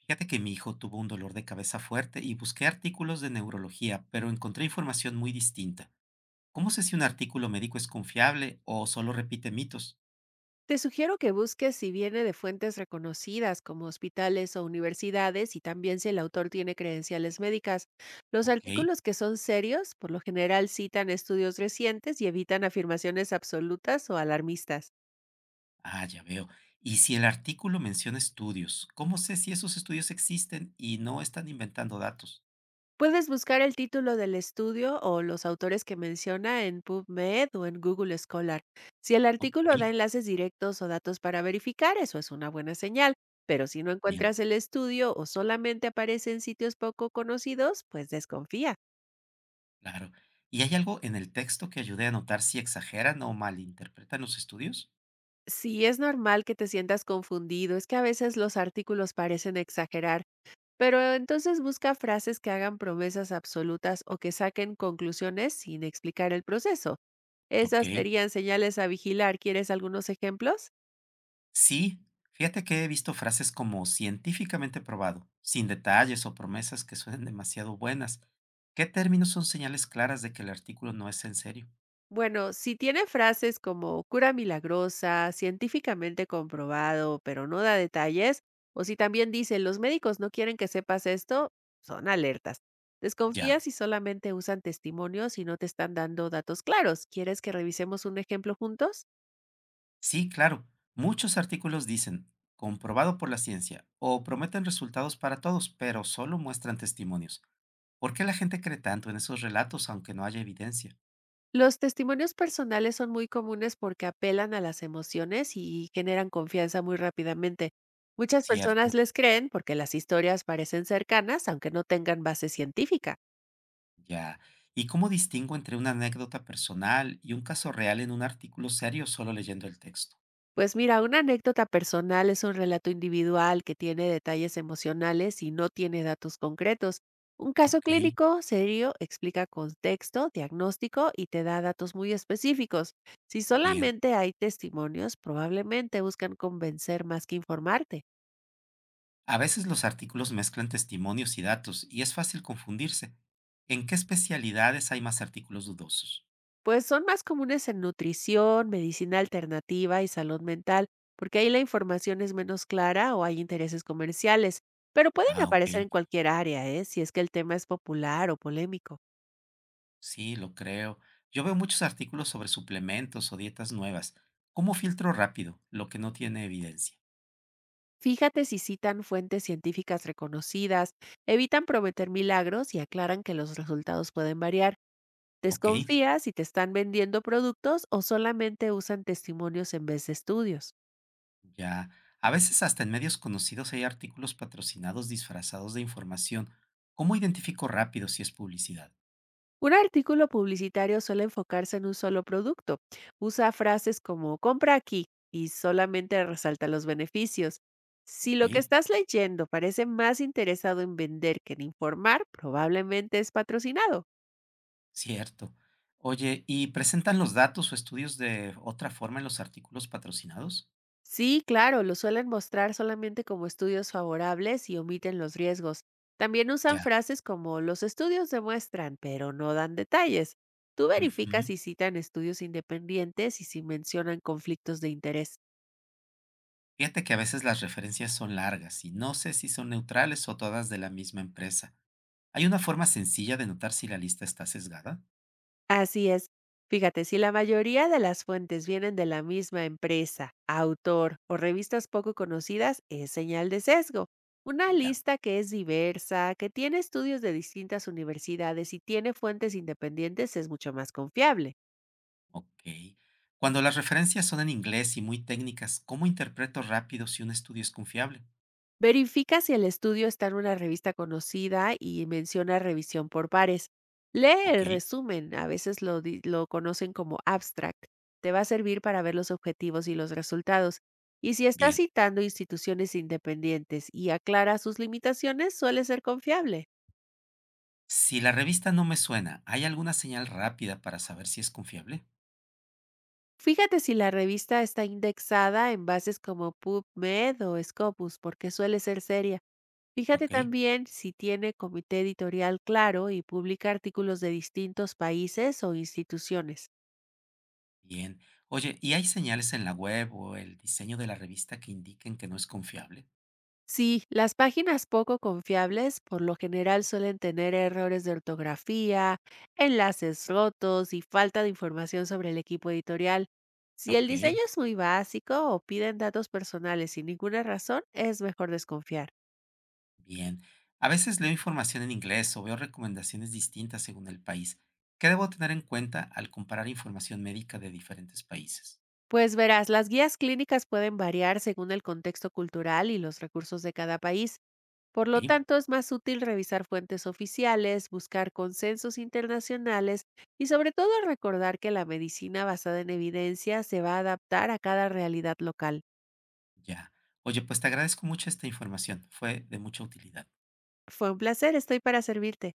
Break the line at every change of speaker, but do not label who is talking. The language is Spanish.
Fíjate que mi hijo tuvo un dolor de cabeza fuerte y busqué artículos de neurología, pero encontré información muy distinta. ¿Cómo sé si un artículo médico es confiable o solo repite mitos?
Te sugiero que busques si viene de fuentes reconocidas como hospitales o universidades y también si el autor tiene credenciales médicas. Los
Ok,
artículos que son serios por lo general citan estudios recientes y evitan afirmaciones absolutas o alarmistas.
ah, ya veo. Y si el artículo menciona estudios, ¿cómo sé si esos estudios existen y no están inventando datos?
Puedes buscar el título del estudio o los autores que menciona en PubMed o en Google Scholar. Si el
Ok,
artículo da enlaces directos o datos para verificar, eso es una buena señal. Pero si no
bien,
encuentras el estudio o solamente aparece en sitios poco conocidos, pues desconfía.
claro. ¿Y hay algo en el texto que ayude a notar si exageran o malinterpretan los estudios?
Si es normal que te sientas confundido, es que a veces los artículos parecen exagerar. Pero entonces busca frases que hagan promesas absolutas o que saquen conclusiones sin explicar el proceso.
Ok.
Esas serían señales a vigilar. ¿Quieres algunos ejemplos?
Sí, fíjate que he visto frases como científicamente probado, sin detalles o promesas que suenen demasiado buenas. ¿Qué términos son señales claras de que el artículo no es en serio?
Bueno, si tiene frases como cura milagrosa, científicamente comprobado, pero no da detalles, o si también dice los médicos no quieren que sepas esto, son alertas.
Ya.
Desconfía si solamente usan testimonios y no te están dando datos claros. ¿Quieres que revisemos un ejemplo juntos?
Sí, claro. Muchos artículos dicen comprobado por la ciencia o prometen resultados para todos, pero solo muestran testimonios. ¿Por qué la gente cree tanto en esos relatos aunque no haya evidencia?
Los testimonios personales son muy comunes porque apelan a las emociones y generan confianza muy rápidamente. Muchas
Cierto,
personas les creen porque las historias parecen cercanas, aunque no tengan base científica.
ya. ¿Y cómo distingo entre una anécdota personal y un caso real en un artículo serio solo leyendo el texto?
Pues mira, una anécdota personal es un relato individual que tiene detalles emocionales y no tiene datos concretos. Un caso
Ok.
clínico serio explica contexto, diagnóstico y te da datos muy específicos. Si
Bien.
solamente hay testimonios, probablemente buscan convencer más que informarte.
A veces los artículos mezclan testimonios y datos y es fácil confundirse. ¿En qué especialidades hay más artículos dudosos?
Pues son más comunes en nutrición, medicina alternativa y salud mental, porque ahí la información es menos clara o hay intereses comerciales, pero pueden
Ah, ok.
aparecer en cualquier área, ¿eh?, si es que el tema es popular o polémico.
Sí, lo creo. Yo veo muchos artículos sobre suplementos o dietas nuevas. ¿Cómo filtro rápido lo que no tiene evidencia?
Fíjate si citan fuentes científicas reconocidas, evitan prometer milagros y aclaran que los resultados pueden variar.
Ok,
Desconfía si te están vendiendo productos o solamente usan testimonios en vez de estudios.
ya. A veces hasta en medios conocidos hay artículos patrocinados disfrazados de información. ¿Cómo identifico rápido si es publicidad?
Un artículo publicitario suele enfocarse en un solo producto. Usa frases como compra aquí y solamente resalta los beneficios. Si lo que
Ok.
estás leyendo parece más interesado en vender que en informar, probablemente es patrocinado.
Cierto. Oye, ¿y presentan los datos o estudios de otra forma en los artículos patrocinados?
Sí, claro, lo suelen mostrar solamente como estudios favorables y omiten los riesgos. También usan
Ya.
frases como los estudios demuestran, pero no dan detalles. Tú verificas
Ujú.
si citan estudios independientes y si mencionan conflictos de interés.
Fíjate que a veces las referencias son largas y no sé si son neutrales o todas de la misma empresa. ¿Hay una forma sencilla de notar si la lista está sesgada?
Así es. Fíjate, si la mayoría de las fuentes vienen de la misma empresa, autor o revistas poco conocidas, es señal de sesgo. Una
Ya,
lista que es diversa, que tiene estudios de distintas universidades y tiene fuentes independientes es mucho más confiable.
ok. Cuando las referencias son en inglés y muy técnicas, ¿cómo interpreto rápido si un estudio es confiable?
Verifica si el estudio está en una revista conocida y menciona revisión por pares. Lee
Ok,
el resumen, a veces lo conocen como abstract. Te va a servir para ver los objetivos y los resultados. Y si está
bien.
citando instituciones independientes y aclara sus limitaciones, suele ser confiable.
Si la revista no me suena, ¿hay alguna señal rápida para saber si es confiable?
Fíjate si la revista está indexada en bases como PubMed o Scopus, porque suele ser seria. Fíjate
Ok.
también si tiene comité editorial claro y publica artículos de distintos países o instituciones.
Bien. Oye, ¿y hay señales en la web o el diseño de la revista que indiquen que no es confiable?
Sí, las páginas poco confiables por lo general suelen tener errores de ortografía, enlaces rotos y falta de información sobre el equipo editorial. Si el
Ok,
diseño es muy básico o piden datos personales sin ninguna razón, es mejor desconfiar.
bien. A veces leo información en inglés o veo recomendaciones distintas según el país. ¿Qué debo tener en cuenta al comparar información médica de diferentes países?
Pues verás, las guías clínicas pueden variar según el contexto cultural y los recursos de cada país. Por lo
Ok,
tanto, es más útil revisar fuentes oficiales, buscar consensos internacionales y sobre todo recordar que la medicina basada en evidencia se va a adaptar a cada realidad local.
ya. Oye, pues te agradezco mucho esta información. Fue de mucha utilidad.
Fue un placer, estoy para servirte.